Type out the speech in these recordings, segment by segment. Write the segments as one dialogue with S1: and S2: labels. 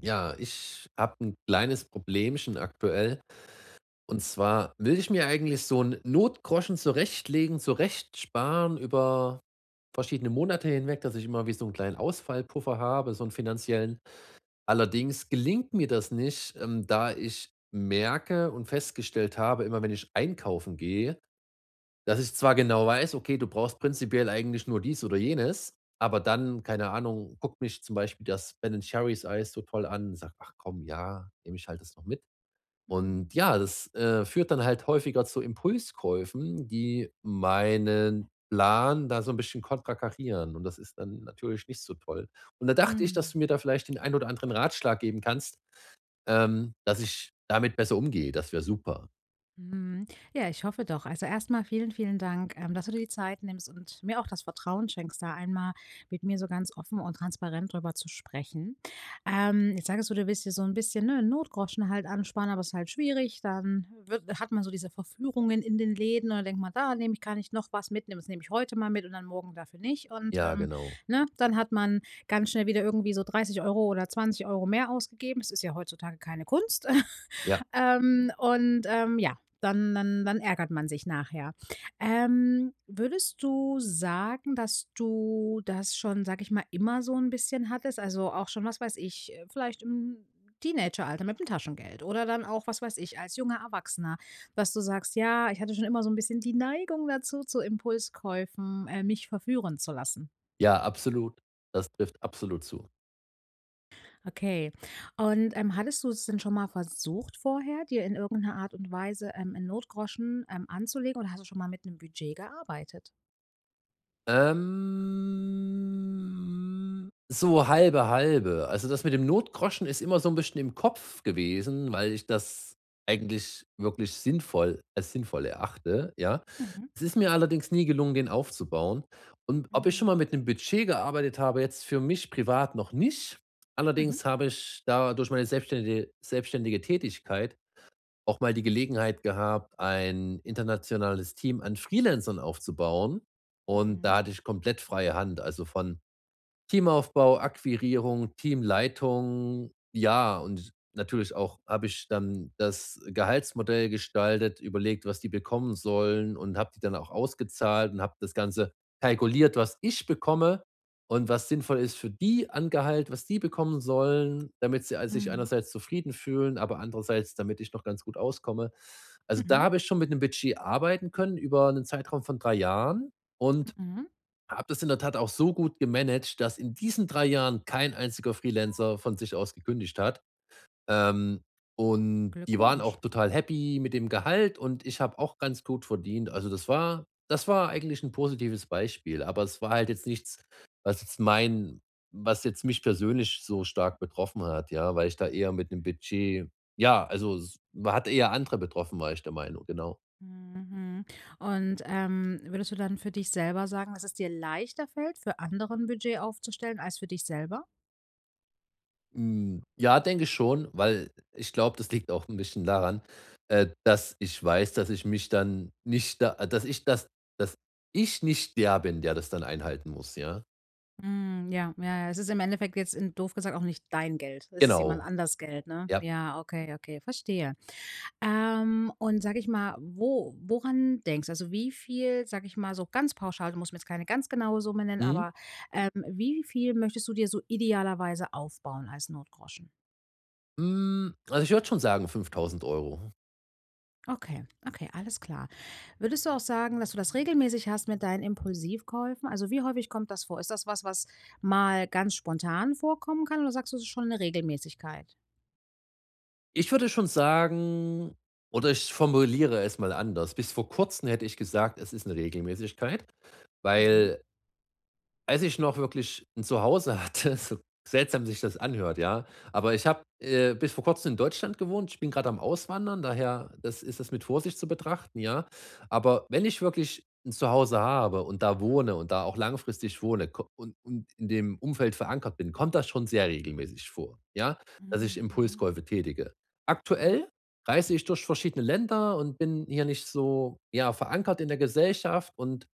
S1: Ja, ich habe ein kleines Problemchen aktuell. Und zwar will ich mir eigentlich so 'n Notgroschen zurechtlegen, zurechtsparen über verschiedene Monate hinweg, dass ich immer wie so einen kleinen Ausfallpuffer habe, so einen finanziellen. Allerdings gelingt mir das nicht, da ich merke und festgestellt habe, immer wenn ich einkaufen gehe, dass ich zwar genau weiß, okay, du brauchst prinzipiell eigentlich nur dies oder jenes, aber dann, keine Ahnung, guckt mich zum Beispiel das Ben& Jerry's Eis so toll an und sagt: „Ach komm, ja, nehme ich halt das noch mit.“
S2: Mhm.
S1: Und ja, das, führt dann halt häufiger zu Impulskäufen, die meinen Plan da so ein bisschen konterkarieren und das ist dann natürlich nicht so toll. Und da dachte ich, dass
S2: Mhm.
S1: du mir da vielleicht den ein oder anderen Ratschlag geben kannst, dass ich damit besser umgehe. Das wäre super.
S2: Mhm. Ja, ich hoffe doch. Also erstmal vielen, vielen Dank, dass du dir die Zeit nimmst und mir auch das Vertrauen schenkst, da einmal mit mir so ganz offen und transparent drüber zu sprechen. Jetzt sagst du, du willst dir so ein bisschen, ne, 'n Notgroschen halt ansparen, aber es ist halt schwierig. Dann wird hat man so diese Verführungen in den Läden und dann denkt man: „Da nehme ich kann ich noch was mitnehmen. Das nehme ich heute mal mit und dann morgen dafür nicht.“ Und,
S1: Ja, genau.
S2: ne, dann hat man ganz schnell wieder irgendwie so 30 Euro oder 20 Euro mehr ausgegeben. Das ist ja heutzutage keine Kunst.
S1: Ja.
S2: Und, ja, dann ärgert man sich nachher. Würdest du sagen, dass du das schon, sage ich mal, immer so ein bisschen hattest? Also, auch schon, was weiß ich, vielleicht im Teenageralter mit dem Taschengeld oder dann auch, was weiß ich, als junger Erwachsener, dass du sagst: „Ja, ich hatte schon immer so ein bisschen die Neigung dazu, zu Impulskäufen, mich verführen zu lassen.“
S1: Ja, absolut. Das trifft absolut zu.
S2: Okay. Und, hattest du es denn schon mal versucht vorher, dir in irgendeiner Art und Weise, 'n Notgroschen, anzulegen oder hast du schon mal mit einem Budget gearbeitet?
S1: So halbe, halbe. Also das mit dem Notgroschen ist immer so ein bisschen im Kopf gewesen, weil ich das eigentlich wirklich sinnvoll als sinnvoll erachte, ja.
S2: Mhm.
S1: Es ist mir allerdings nie gelungen, den aufzubauen. Und ob ich schon mal
S2: Mhm.
S1: mit einem Budget gearbeitet habe, jetzt für mich privat noch nicht.
S2: Mhm.
S1: Allerdings habe ich da durch meine selbstständige Tätigkeit auch mal die Gelegenheit gehabt, ein internationales Team an Freelancern aufzubauen und
S2: Mhm.
S1: da hatte ich komplett freie Hand. Also, von Teamaufbau, Akquirierung, Teamleitung, ja, und natürlich auch habe ich dann das Gehaltsmodell gestaltet, überlegt, was die bekommen sollen und habe die dann auch ausgezahlt und habe das Ganze kalkuliert, was ich bekomme und was sinnvoll ist für die an Gehalt, was die bekommen sollen, damit sie sich
S2: Mhm.
S1: einerseits zufrieden fühlen, aber andererseits, damit ich noch ganz gut auskomme. Also da
S2: Mhm.
S1: habe ich schon mit einem Budget arbeiten können über einen Zeitraum von 3 Jahren und
S2: Mhm.
S1: habe das in der Tat auch so gut gemanagt, dass in diesen 3 Jahren kein einziger Freelancer von sich aus gekündigt hat. Ähm, und die waren auch
S2: Glückwunsch.
S1: total happy mit dem Gehalt und ich habe auch ganz gut verdient. Also, das war eigentlich ein positives Beispiel, aber es war halt jetzt nichts, was jetzt mein was jetzt mich persönlich so stark betroffen hat, ja, weil ich da eher mit 'nem Budget ja, also, es hat eher andere betroffen, war ich der Meinung, genau.
S2: Mhm. Und, würdest du dann für dich selber sagen, dass es dir leichter fällt, für andere 'n Budget aufzustellen als für dich selber?
S1: Hm, ja, denke ich schon, weil ich glaube, das liegt auch ein bisschen daran, dass ich weiß, dass ich mich dann nicht da, dass ich nicht der bin, der das dann einhalten muss, ja?
S2: Mhm, ja, ja, ja. Es ist im Endeffekt jetzt in doof gesagt auch nicht dein Geld. Es ist jemand
S1: Genau,
S2: anders Geld, ne?
S1: ja.
S2: Ja, okay, okay, verstehe. Und sag ich mal, wo woran denkst also, wie viel, sag ich mal, so ganz pauschal, du musst mir jetzt keine ganz genaue Summe nennen,
S1: Mhm.
S2: aber, wie viel möchtest du dir so idealerweise aufbauen als Notgroschen?
S1: Hm, also, ich würde schon sagen 5.000 Euro.
S2: Okay, okay, alles klar. Würdest du auch sagen, dass du das regelmäßig hast mit deinen Impulsivkäufen? Also wie häufig kommt das vor? Ist das was, was mal ganz spontan vorkommen kann oder sagst du, es ist schon eine Regelmäßigkeit?
S1: Ich würde schon sagen oder ich formuliere es mal anders. Bis vor Kurzem hätte ich gesagt, es ist eine Regelmäßigkeit,
S2: Mhm.
S1: weil als ich noch wirklich ein Zuhause hatte, so seltsam sich das anhört, ja, aber ich habe, bis vor Kurzem in Deutschland gewohnt. Ich bin gerade am Auswandern, daher das ist das mit Vorsicht zu betrachten, ja. Aber wenn ich wirklich ein Zuhause habe und da wohne und da auch langfristig wohne ko und in dem Umfeld verankert bin, kommt das schon sehr regelmäßig vor, ja, dass ich
S2: Mhm, mhm,
S1: Impulskäufe tätige.
S2: mhm,
S1: Aktuell reise ich durch verschiedene Länder und bin hier nicht so, ja, verankert in der Gesellschaft und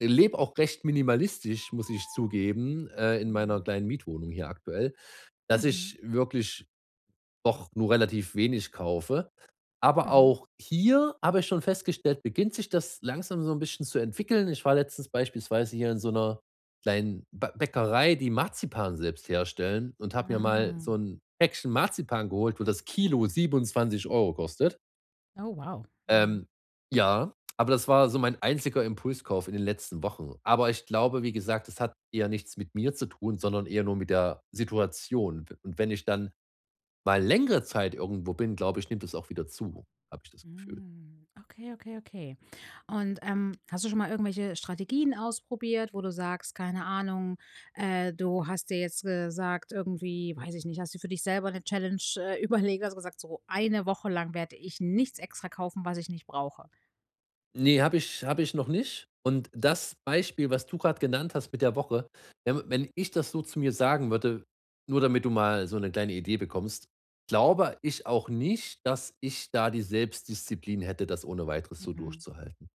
S1: lebe auch recht minimalistisch, muss ich zugeben, in meiner
S2: mhm,
S1: kleinen Mietwohnung hier aktuell, dass
S2: mhm,
S1: ich wirklich doch nur relativ wenig kaufe. Aber
S2: mhm,
S1: auch hier habe ich schon festgestellt, beginnt sich das langsam so ein bisschen zu entwickeln. Ich war letztens beispielsweise hier in so einer kleinen Bä Bäckerei, die Marzipan selbst herstellen und habe mir mal so
S2: mhm.
S1: ein Päckchen Marzipan geholt, wo das Kilo 27 Euro kostet.
S2: Oh, wow. Mhm.
S1: Ähm, ja, aber das war so mein einziger Impulskauf in den letzten Wochen. Aber ich glaube, wie gesagt, das hat eher nichts mit mir zu tun, sondern eher nur mit der Situation. Und wenn ich dann mal längere Zeit irgendwo bin, glaube ich, nimmt es auch wieder zu, habe ich das Gefühl.
S2: Hm, okay, okay, okay. Und, hast du schon mal irgendwelche Strategien ausprobiert, wo du sagst, keine Ahnung, du hast dir jetzt gesagt irgendwie, weiß ich nicht, hast du für dich selber eine Challenge, überlegt, hast gesagt: „So eine Woche lang werde ich nichts extra kaufen, was ich nicht brauche.“
S1: Ne, habe ich noch nicht. Und das Beispiel, was du gerade genannt hast mit der Woche, wenn ich das so zu mir sagen würde, nur damit du mal so eine kleine Idee bekommst, glaube ich auch nicht, dass ich da die Selbstdisziplin hätte, das ohne Weiteres so
S2: Mhm.
S1: durchzuhalten.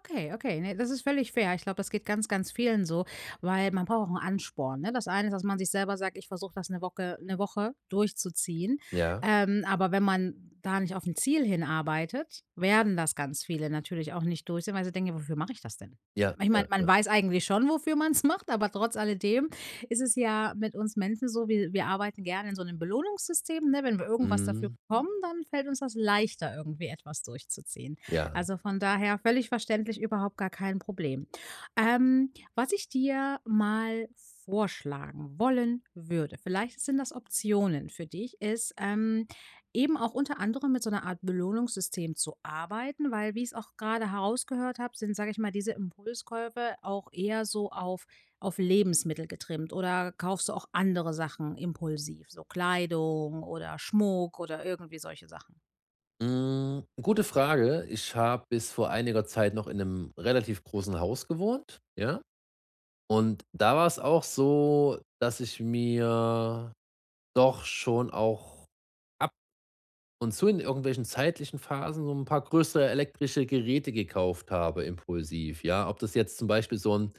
S2: Okay, okay, ne, das ist völlig fair. Ich glaube, das geht ganz, ganz vielen so, weil man braucht auch einen Ansporn, ne? Das eine ist, dass man sich selber sagt: „Ich versuche das eine Woche 'ne Woche durchzuziehen.“
S1: Ja,
S2: Aber wenn man da nicht auf ein Ziel hinarbeitet, werden das ganz viele natürlich auch nicht durchziehen, weil sie denken: „Ja, wofür mache ich das denn?“
S1: ja,
S2: Ich
S1: ja,
S2: meine, man
S1: ja.
S2: weiß eigentlich schon, wofür man es macht, aber trotz alledem ist es ja mit uns Menschen so, wir arbeiten gerne in so einem Belohnungssystem, ne? Wenn wir irgendwas dafür
S1: Mhm,
S2: bekommen, dann fällt uns das leichter, irgendwie etwas durchzuziehen.
S1: ja.
S2: Also von daher völlig verständlich, überhaupt gar kein Problem. Was ich dir mal vorschlagen wollen würde, vielleicht sind das Optionen für dich, ist eben auch unter anderem mit so einer Art Belohnungssystem zu arbeiten, weil wie ich es auch gerade herausgehört habe, sind, sage ich mal, diese Impulskäufe auch eher so auf Lebensmittel getrimmt oder kaufst du auch andere Sachen impulsiv, so Kleidung oder Schmuck oder irgendwie solche Sachen.
S1: Hm, gute Frage. Ich habe bis vor einiger Zeit noch in einem relativ großen Haus gewohnt, ja? Und da war es auch so, dass ich mir doch schon auch ab und zu in irgendwelchen zeitlichen Phasen so ein paar größere elektrische Geräte gekauft habe impulsiv, ja? Ob das jetzt zum Beispiel so ein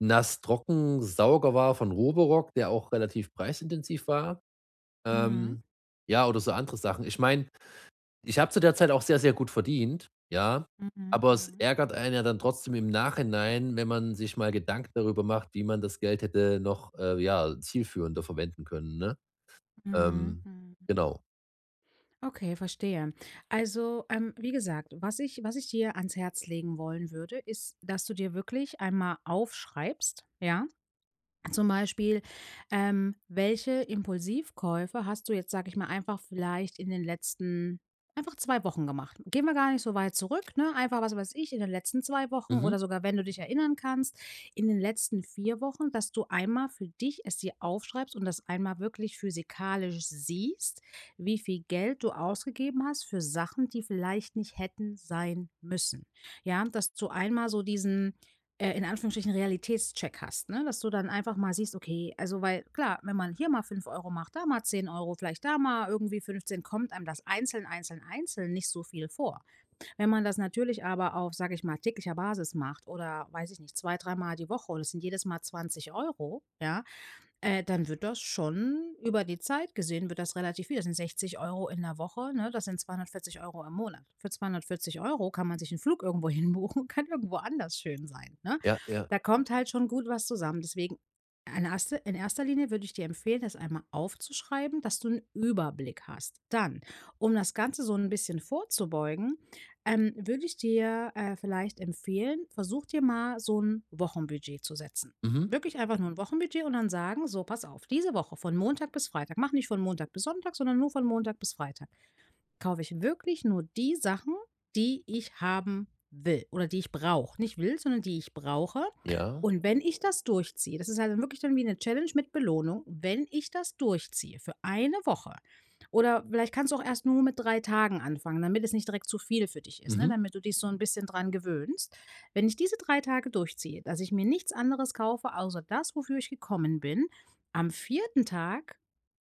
S1: Nass-Trocken-Sauger war von Roborock, der auch relativ preisintensiv war,
S2: Mhm.
S1: ähm, ja, oder so andere Sachen. Ich meine, ich habe zu der Zeit auch sehr, sehr gut verdient, ja,
S2: Mhm.
S1: aber es
S2: Mhm.
S1: ärgert einen ja dann trotzdem im Nachhinein, wenn man sich mal Gedanken darüber macht, wie man das Geld hätte noch, ja, zielführender verwenden können, ne?
S2: Mhm,
S1: Ähm,
S2: mhm.
S1: genau.
S2: Okay, verstehe. Also, wie gesagt, was ich dir ans Herz legen wollen würde, ist, dass du dir wirklich einmal aufschreibst, ja? Zum Beispiel, welche Impulsivkäufe hast du jetzt, sag ich mal, einfach vielleicht in den letzten einfach 2 Wochen gemacht? Gehen wir gar nicht so weit zurück, ne? Einfach, was weiß ich, in den letzten 2 Wochen
S1: Mhm.
S2: oder sogar, wenn du dich erinnern kannst, in den letzten 4 Wochen, dass du einmal für dich es dir aufschreibst und das einmal wirklich physikalisch siehst, wie viel Geld du ausgegeben hast für Sachen, die vielleicht nicht hätten sein müssen. Ja, dass du einmal so diesen in Anführungsstrichen Realitätscheck hast, ne? Dass du dann einfach mal siehst, okay, also weil klar, wenn man hier mal 5 Euro macht, da mal 10 Euro, vielleicht da mal irgendwie 15, kommt einem das einzeln, einzeln, einzeln nicht so viel vor. Wenn man das natürlich aber auf, sage ich mal, täglicher Basis macht oder weiß ich nicht, zwei, dreimal die Woche und es sind jedes Mal 20 Euro, ja, dann wird das schon über die Zeit gesehen wird das relativ viel. Das sind 60 Euro in der Woche, ne? Das sind 240 Euro im Monat. Für 240 Euro kann man sich einen Flug irgendwo hin kann irgendwo anders schön sein, ne?
S1: Ja, ja.
S2: Da kommt halt schon gut was zusammen. Deswegen in erster Linie würde ich dir empfehlen, das einmal aufzuschreiben, dass du einen Überblick hast. Dann, um das Ganze so ein bisschen vorzubeugen, würde ich dir, vielleicht empfehlen, versuch dir mal so ein Wochenbudget zu setzen.
S1: Mhm.
S2: Wirklich einfach nur ein Wochenbudget und dann sagen: „So, pass auf, diese Woche von Montag bis Freitag. Mach nicht von Montag bis Sonntag, sondern nur von Montag bis Freitag.“ Kaufe ich wirklich nur die Sachen, die ich haben will oder die ich brauche. Nicht will, sondern die ich brauche.
S1: Ja.
S2: Und wenn ich das durchziehe, das ist halt dann wirklich dann wie eine Challenge mit Belohnung, wenn ich das durchziehe für eine Woche oder vielleicht kannst du auch erst nur mit 3 Tagen anfangen, damit es nicht direkt zu viel für dich ist, ne,
S1: Mhm.
S2: damit du dich so ein bisschen dran gewöhnst. Wenn ich diese 3 Tage durchziehe, dass ich mir nichts anderes kaufe außer das, wofür ich gekommen bin, am vierten Tag,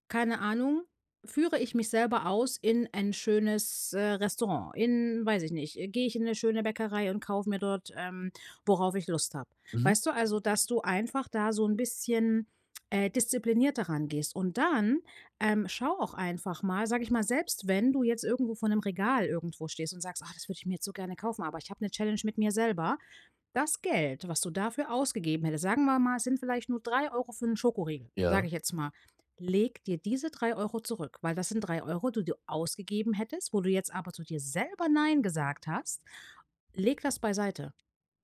S2: keine Ahnung, führe ich mich selber aus in ein schönes, Restaurant, in weiß ich nicht, gehe ich in eine schöne Bäckerei und kaufe mir dort, worauf ich Lust habe.
S1: Mhm.
S2: Weißt du, also, dass du einfach da so ein bisschen, disziplinierter rangehst und dann, schau auch einfach mal, sag ich mal, selbst wenn du jetzt irgendwo vor einem Regal irgendwo stehst und sagst: ach das würde ich mir jetzt so gerne kaufen, aber ich habe eine Challenge mit mir selber“, das Geld, was du dafür ausgegeben hättest, sagen wir mal, es sind vielleicht nur 3 Euro für einen Schokoriegel, sage
S1: Ja,
S2: ich jetzt mal. Leg dir diese 3 Euro zurück, weil das sind 3 Euro, die du ausgegeben hättest, wo du jetzt aber zu dir selber „Nein“ gesagt hast. Leg das beiseite.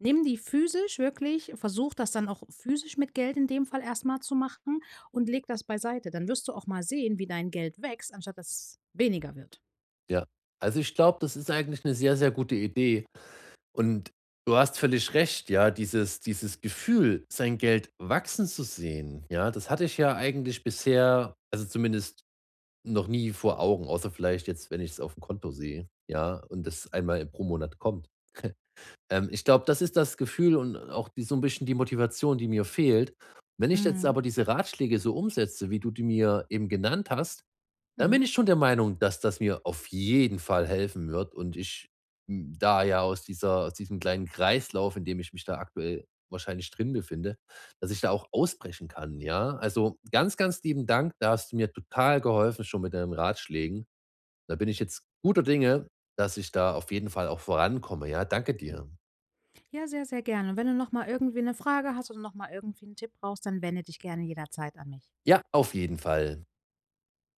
S2: Nimm die physisch wirklich, versuch das dann auch physisch mit Geld in dem Fall erstmal zu machen und leg das beiseite. Dann wirst du auch mal sehen, wie dein Geld wächst, anstatt dass es weniger wird.
S1: ja. Also, ich glaube, das ist eigentlich eine sehr, sehr gute Idee und du hast völlig recht, ja, dieses Gefühl, sein Geld wachsen zu sehen, ja, das hatte ich ja eigentlich bisher, also, zumindest noch nie vor Augen, außer vielleicht jetzt, wenn ich es auf dem Konto sehe, ja, und das einmal pro Monat kommt. Ich glaube, das ist das Gefühl und auch die so ein bisschen die Motivation, die mir fehlt. Wenn ich jetzt
S2: Mhm.
S1: aber diese Ratschläge so umsetze, wie du die mir eben genannt hast, dann bin
S2: Mhm.
S1: ich schon der Meinung, dass das mir auf jeden Fall helfen wird und ich, hm, da ja aus diesem kleinen Kreislauf, in dem ich mich da aktuell wahrscheinlich drin befinde, dass ich da auch ausbrechen kann, ja? Also, ganz, ganz lieben Dank. Da hast du mir total geholfen schon mit deinen Ratschlägen. Da bin ich jetzt guter Dinge, dass ich da auf jeden Fall auch vorankomme, ja? Danke dir.
S2: Ja, sehr, sehr gerne. Und wenn du noch mal irgendwie eine Frage hast oder noch mal irgendwie einen Tipp brauchst, dann wende dich gerne jederzeit an mich.
S1: Ja, auf jeden Fall.